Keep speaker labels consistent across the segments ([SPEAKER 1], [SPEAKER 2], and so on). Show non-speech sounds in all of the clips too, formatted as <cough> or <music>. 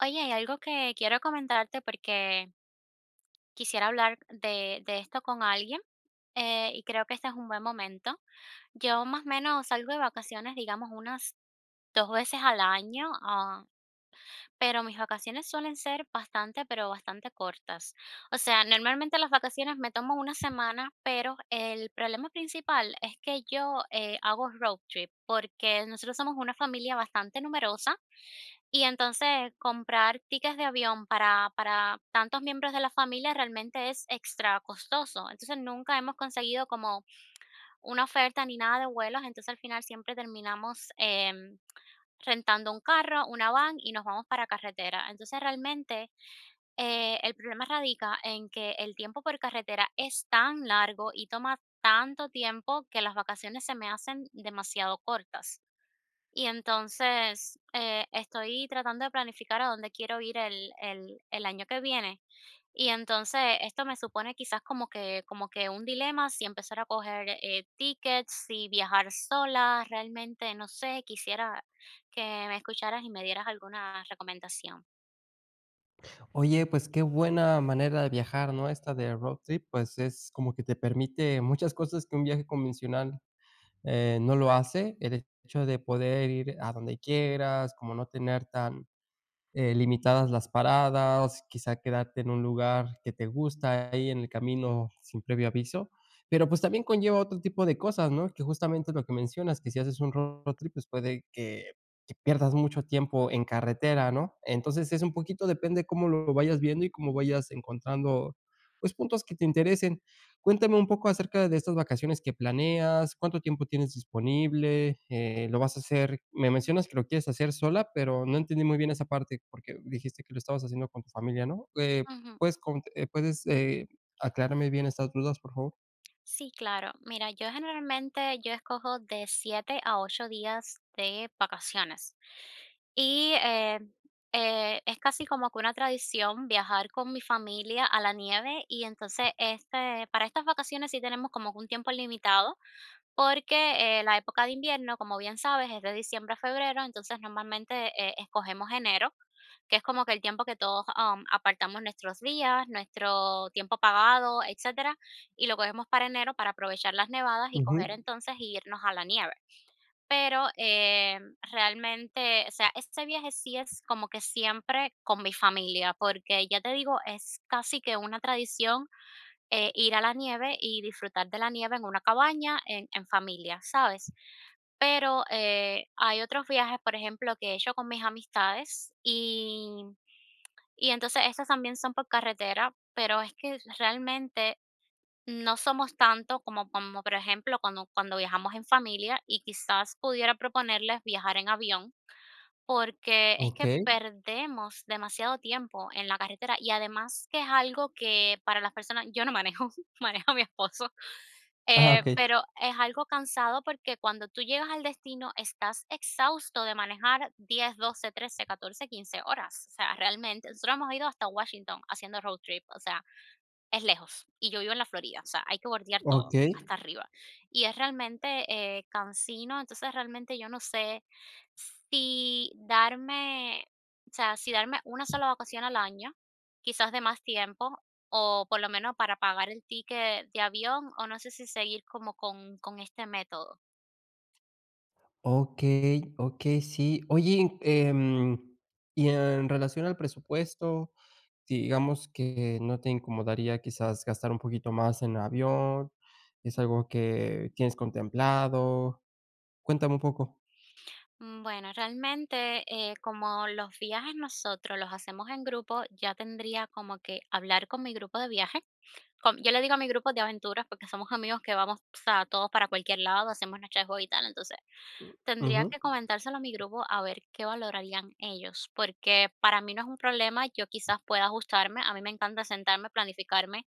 [SPEAKER 1] Oye, hay algo que quiero comentarte porque quisiera hablar de esto con alguien y creo que este es un buen momento. Yo más o menos salgo de vacaciones, digamos, unas dos veces al año, pero mis vacaciones suelen ser bastante, pero bastante cortas. O sea, normalmente las vacaciones me tomo una semana, pero el problema principal es que yo hago road trip porque nosotros somos una familia bastante numerosa y entonces comprar tickets de avión para tantos miembros de la familia realmente es extra costoso. Entonces, nunca hemos conseguido como una oferta ni nada de vuelos, entonces al final siempre terminamos, rentando un carro, una van y nos vamos para carretera. Entonces, realmente, el problema radica en que el tiempo por carretera es tan largo y toma tanto tiempo que las vacaciones se me hacen demasiado cortas. Y entonces, estoy tratando de planificar a dónde quiero ir el año que viene. Y entonces, esto me supone quizás como que un dilema, si empezar a coger, tickets, si viajar sola, realmente no sé, quisiera que me escucharas y me dieras alguna recomendación.
[SPEAKER 2] Oye, pues qué buena manera de viajar, ¿no? Esta de road trip, pues es como que te permite muchas cosas que un viaje convencional no lo hace. El hecho de poder ir a donde quieras, como no tener tan limitadas las paradas, quizá quedarte en un lugar que te gusta ahí en el camino sin previo aviso, pero pues también conlleva otro tipo de cosas, ¿no? Que justamente lo que mencionas, que si haces un road trip, pues puede que pierdas mucho tiempo en carretera, ¿no? Entonces es un poquito depende cómo lo vayas viendo y cómo vayas encontrando, pues puntos que te interesen. Cuéntame un poco acerca de estas vacaciones que planeas, cuánto tiempo tienes disponible, lo vas a hacer me mencionas que lo quieres hacer sola, pero no entendí muy bien esa parte, porque dijiste que lo estabas haciendo con tu familia, ¿no? ¿Puedes con puedes, aclararme bien estas dudas, por favor?
[SPEAKER 1] Sí, claro. Mira, yo generalmente yo escojo de 7 a 8 días de vacaciones. Y eh, es casi como que una tradición viajar con mi familia a la nieve y entonces este, para estas vacaciones sí tenemos como que un tiempo limitado porque, la época de invierno, como bien sabes, es de diciembre a febrero, entonces normalmente, escogemos enero, que es como que el tiempo que todos, apartamos nuestros días, nuestro tiempo pagado, etcétera, y lo cogemos para enero para aprovechar las nevadas y coger
[SPEAKER 2] Ujú.
[SPEAKER 1] entonces y irnos a la nieve. Pero, realmente, o sea, este viaje sí es como que siempre con mi familia, porque ya te digo, es casi que una tradición ir a la nieve y disfrutar de la nieve en una cabaña en familia, ¿sabes? Pero hay otros viajes, por ejemplo, que he hecho con mis amistades y entonces estos también son por carretera, pero es que realmente no somos tanto como, como por ejemplo, cuando viajamos en familia y quizás pudiera proponerles viajar en avión porque es que
[SPEAKER 2] Okey.
[SPEAKER 1] perdemos demasiado tiempo en la carretera y además que es algo que para las personas, yo no manejo, <laughs> maneja mi esposo,
[SPEAKER 2] Ajá, okey.
[SPEAKER 1] pero es algo cansado porque cuando tú llegas al destino estás exhausto de manejar 10, 12, 13, 14, 15 horas. O sea, realmente, nosotros hemos ido hasta Washington haciendo road trip, o sea, es lejos y yo vivo en la Florida, o sea, hay que bordear todo
[SPEAKER 2] Okey.
[SPEAKER 1] hasta arriba. Y es realmente, cansino, entonces realmente yo no sé si darme, o sea, si darme una sola vacación al año, quizás de más tiempo, o por lo menos para pagar el ticket de avión, o no sé si seguir como con este método.
[SPEAKER 2] Okey, okey, sí. Oye, y en relación al presupuesto, sí, digamos que no te incomodaría quizás gastar un poquito más en avión, ¿es algo que tienes contemplado? Cuéntame un poco.
[SPEAKER 1] Bueno, realmente, como los viajes nosotros los hacemos en grupo, ya tendría como que hablar con mi grupo de viaje yo le digo a mi grupo de aventuras porque somos amigos que vamos, o sea, todos para cualquier lado, hacemos nuestras juegos y tal. Entonces, tendría
[SPEAKER 2] Ujú,
[SPEAKER 1] que comentárselo a mi grupo a ver qué valorarían ellos, porque para mí no es un problema, yo quizás pueda ajustarme, a mí me encanta sentarme, planificarme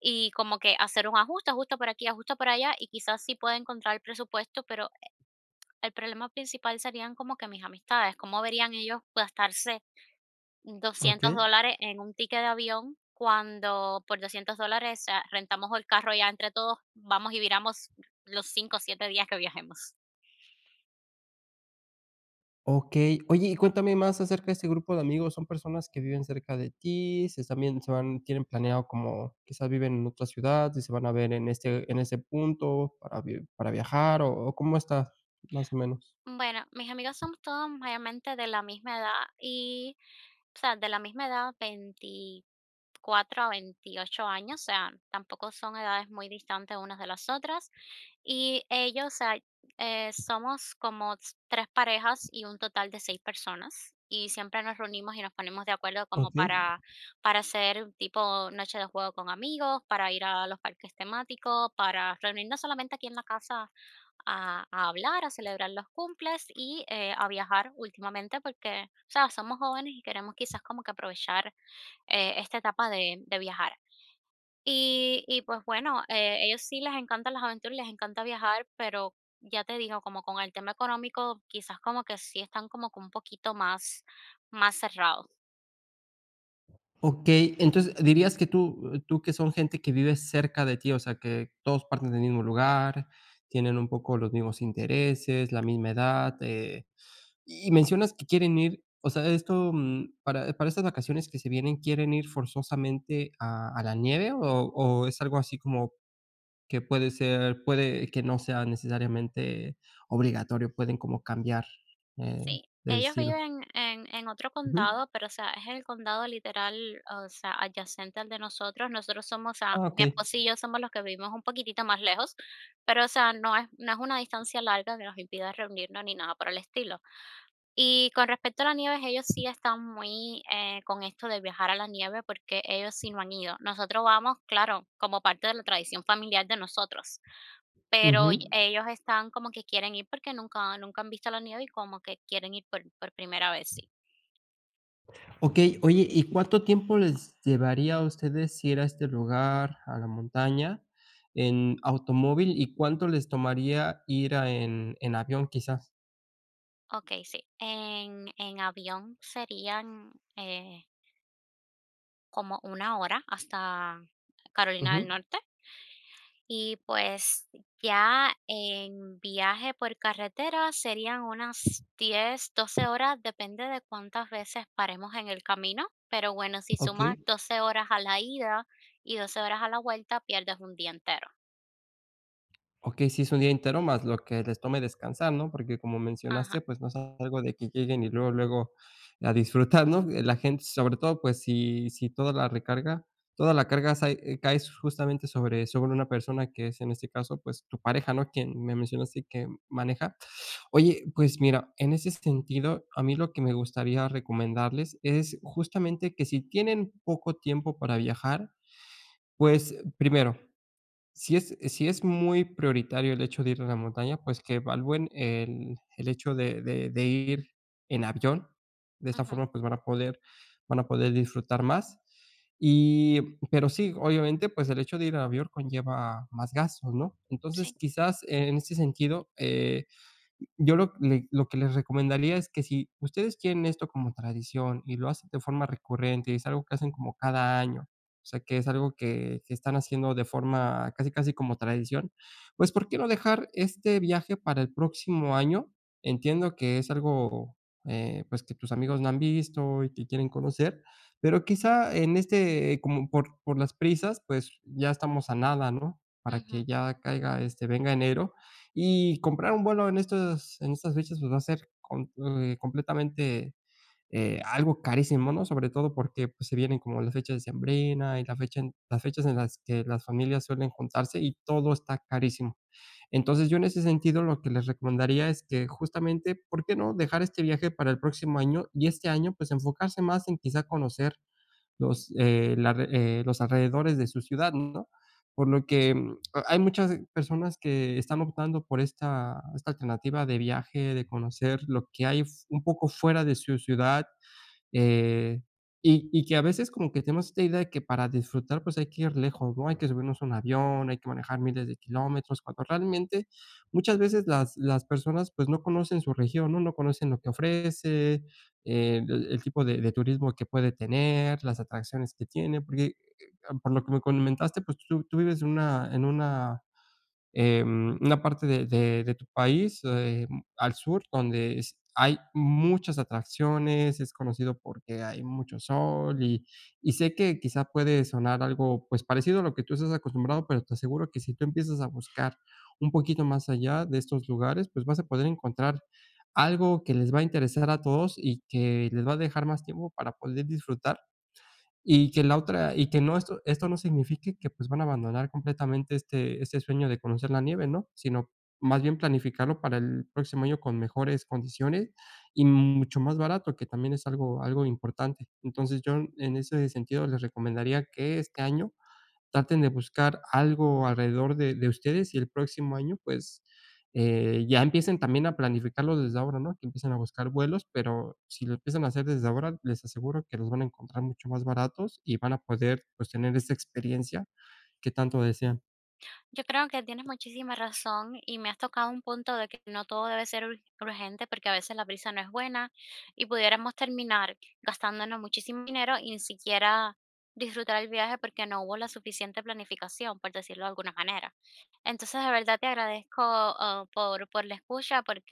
[SPEAKER 1] y como que hacer un ajuste, ajuste por aquí, ajuste por allá y quizás sí pueda encontrar el presupuesto, pero el problema principal serían como que mis amistades, cómo verían ellos gastarse doscientos
[SPEAKER 2] okey,
[SPEAKER 1] dólares en un ticket de avión, cuando por $200, o sea, rentamos el carro ya entre todos, vamos y viramos los 5 o 7 días que viajemos.
[SPEAKER 2] okey. Oye, y cuéntame más acerca de este grupo de amigos, ¿son personas que viven cerca de ti? ¿Se también se van tienen planeado como quizás viven en otra ciudad y se van a ver en este en ese punto para vi para viajar o cómo está más o menos?
[SPEAKER 1] Bueno, mis amigos somos todos mayormente de la misma edad y, o sea, de la misma edad, 24 a 28 años, o sea, tampoco son edades muy distantes unas de las otras. Y ellos, o sea, somos como tres parejas y un total de 6 personas. Y siempre nos reunimos y nos ponemos de acuerdo como
[SPEAKER 2] Okey.
[SPEAKER 1] para hacer un tipo noche de juego con amigos, para ir a los parques temáticos, para reunirnos solamente aquí en la casa a hablar, a celebrar los cumples y a viajar últimamente porque, o sea, somos jóvenes y queremos quizás como que aprovechar esta etapa de viajar. Y pues bueno, ellos sí les encantan las aventuras, y les encanta viajar, pero ya te digo, como con el tema económico, quizás como que sí están como que un poquito más, más cerrados.
[SPEAKER 2] Ok, entonces dirías que tú, tú que son gente que vive cerca de ti, o sea, que todos parten del mismo lugar, tienen un poco los mismos intereses, la misma edad, y mencionas que quieren ir, o sea, esto, para estas vacaciones que se vienen, ¿quieren ir forzosamente a la nieve o es algo así como que puede ser, puede que no sea necesariamente obligatorio, pueden como cambiar eh,
[SPEAKER 1] Sí,
[SPEAKER 2] de
[SPEAKER 1] ellos
[SPEAKER 2] destino?
[SPEAKER 1] viven en otro
[SPEAKER 2] Ujú.
[SPEAKER 1] condado, pero o sea, es el condado literal, o sea, adyacente al de nosotros. Nosotros somos, o sea,
[SPEAKER 2] Ah, ok.
[SPEAKER 1] mi esposo y yo somos los que vivimos un poquitito más lejos, pero o sea, no es una distancia larga que nos impida reunirnos ni nada por el estilo. Y con respecto a la nieve, ellos sí están muy con esto de viajar a la nieve porque ellos sí no han ido. Nosotros vamos, claro, como parte de la tradición familiar de nosotros pero
[SPEAKER 2] Ujú.
[SPEAKER 1] ellos están como que quieren ir porque nunca han visto la nieve y como que quieren ir por primera vez, sí.
[SPEAKER 2] Ok, oye, ¿y cuánto tiempo les llevaría a ustedes ir a este lugar, a la montaña, en automóvil? ¿Y cuánto les tomaría ir a en avión, quizás?
[SPEAKER 1] Okey, sí. En avión serían, como una hora hasta Carolina del
[SPEAKER 2] Ujú,
[SPEAKER 1] Norte, y pues ya en viaje por carretera serían unas 10, 12 horas, depende de cuántas veces paremos en el camino, pero bueno, si
[SPEAKER 2] ok.
[SPEAKER 1] sumas 12 horas a la ida y 12 horas a la vuelta, pierdes un día entero.
[SPEAKER 2] Okey, sí es un día entero más lo que les tome descansar, ¿no? Porque como
[SPEAKER 1] Ajá,
[SPEAKER 2] mencionaste, pues, no es algo de que lleguen y luego, luego a disfrutar, ¿no? La gente, sobre todo, pues, si si toda la recarga toda la carga sai cae justamente sobre sobre una persona que es, en este caso, pues, tu pareja, ¿no? Quien me mencionaste que maneja. Oye, pues mira, en ese sentido, a mí lo que me gustaría recomendarles es justamente que si tienen poco tiempo para viajar, pues, primero si es si es muy prioritario el hecho de ir a la montaña, pues, que evalúen el hecho de ir en avión. De esta
[SPEAKER 1] ujú.
[SPEAKER 2] forma, pues, van a poder disfrutar más. Y, pero sí, obviamente, pues, el hecho de ir en avión conlleva más gastos, ¿no? Entonces,
[SPEAKER 1] Sí,
[SPEAKER 2] quizás en ese sentido, yo lo le lo que les recomendaría es que si ustedes quieren esto como tradición y lo hacen de forma recurrente, es algo que hacen como cada año, o sea, que es algo que están haciendo de forma casi, casi como tradición, pues, ¿por qué no dejar este viaje para el próximo año? Entiendo que es algo, pues, que tus amigos no han visto y que quieren conocer, pero quizá en este, como por las prisas, pues, ya estamos a nada, ¿no? Para que
[SPEAKER 1] ujú.
[SPEAKER 2] ya caiga, este, venga enero y comprar un vuelo en estas fechas, pues, va a ser com completamente, algo carísimo, ¿no? Sobre todo porque, pues, se vienen como las fechas de decembrina y la fecha en las fechas en las que las familias suelen juntarse y todo está carísimo. Entonces, yo en ese sentido, lo que les recomendaría es que justamente, ¿por qué no?, dejar este viaje para el próximo año y este año, pues, enfocarse más en quizá conocer los, la re- los alrededores de su ciudad, ¿no? Por lo que a- hay muchas personas que están optando por esta, esta alternativa de viaje, de conocer lo que hay f- un poco fuera de su ciudad eh, y que a veces como que tenemos esta idea de que para disfrutar, pues, hay que ir lejos, ¿no? Hay que subirnos a un avión, hay que manejar miles de kilómetros, cuando realmente muchas veces las personas, pues, no conocen su región, ¿no? No conocen lo que ofrece, el tipo de turismo que puede tener, las atracciones que tiene, porque, por lo que me comentaste, pues, tú tú vives en una una parte de tu país, al sur, donde es hay muchas atracciones, es conocido porque hay mucho sol y sé que quizá puede sonar algo, pues, parecido a lo que tú estás acostumbrado, pero te aseguro que si tú empiezas a buscar un poquito más allá de estos lugares, pues, vas a poder encontrar algo que les va a interesar a todos y que les va a dejar más tiempo para poder disfrutar y que la otra y que no esto esto no signifique que, pues, van a abandonar completamente este este sueño de conocer la nieve, ¿no? Sino más bien planificarlo para el próximo año con mejores condiciones y mucho más barato, que también es algo algo importante. Entonces, yo en ese sentido les recomendaría que este año traten de buscar algo alrededor de ustedes y el próximo año, pues, ya empiecen también a planificarlo desde ahora, ¿no? Que empiecen a buscar vuelos, pero si lo empiezan a hacer desde ahora, les aseguro que los van a encontrar mucho más baratos y van a poder, pues, tener esa experiencia que tanto desean.
[SPEAKER 1] Yo creo que tienes muchísima razón y me has tocado un punto de que no todo debe ser urgente porque a veces la prisa no es buena y pudiéramos terminar gastándonos muchísimo dinero y ni siquiera disfrutar el viaje porque no hubo la suficiente planificación, por decirlo de alguna manera. Entonces, de verdad te agradezco, por la escucha, porque,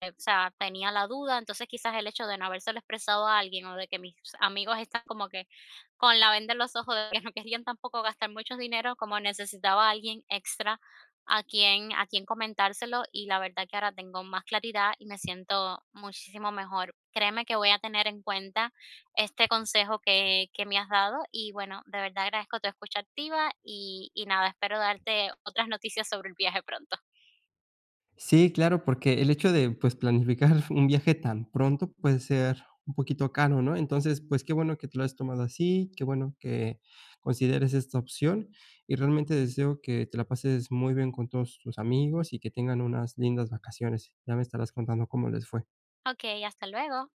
[SPEAKER 1] o sea, tenía la duda, entonces quizás el hecho de no habérselo expresado a alguien, o de que mis amigos están como que con la venda en los ojos de que no querían tampoco gastar mucho dinero, como necesitaba a alguien extra a quien comentárselo, y la verdad que ahora tengo más claridad y me siento muchísimo mejor. Créeme que voy a tener en cuenta este consejo que me has dado y bueno, de verdad agradezco tu escucha activa y nada, espero darte otras noticias sobre el viaje pronto.
[SPEAKER 2] Sí, claro, porque el hecho de, pues, planificar <laughs> un viaje tan pronto puede ser un poquito caro, ¿no? Entonces, pues, qué bueno que te lo has tomado así, qué bueno que consideres esta opción y realmente deseo que te la pases muy bien con todos tus amigos y que tengan unas lindas vacaciones. Ya me estarás contando cómo les fue.
[SPEAKER 1] Okey, hasta luego.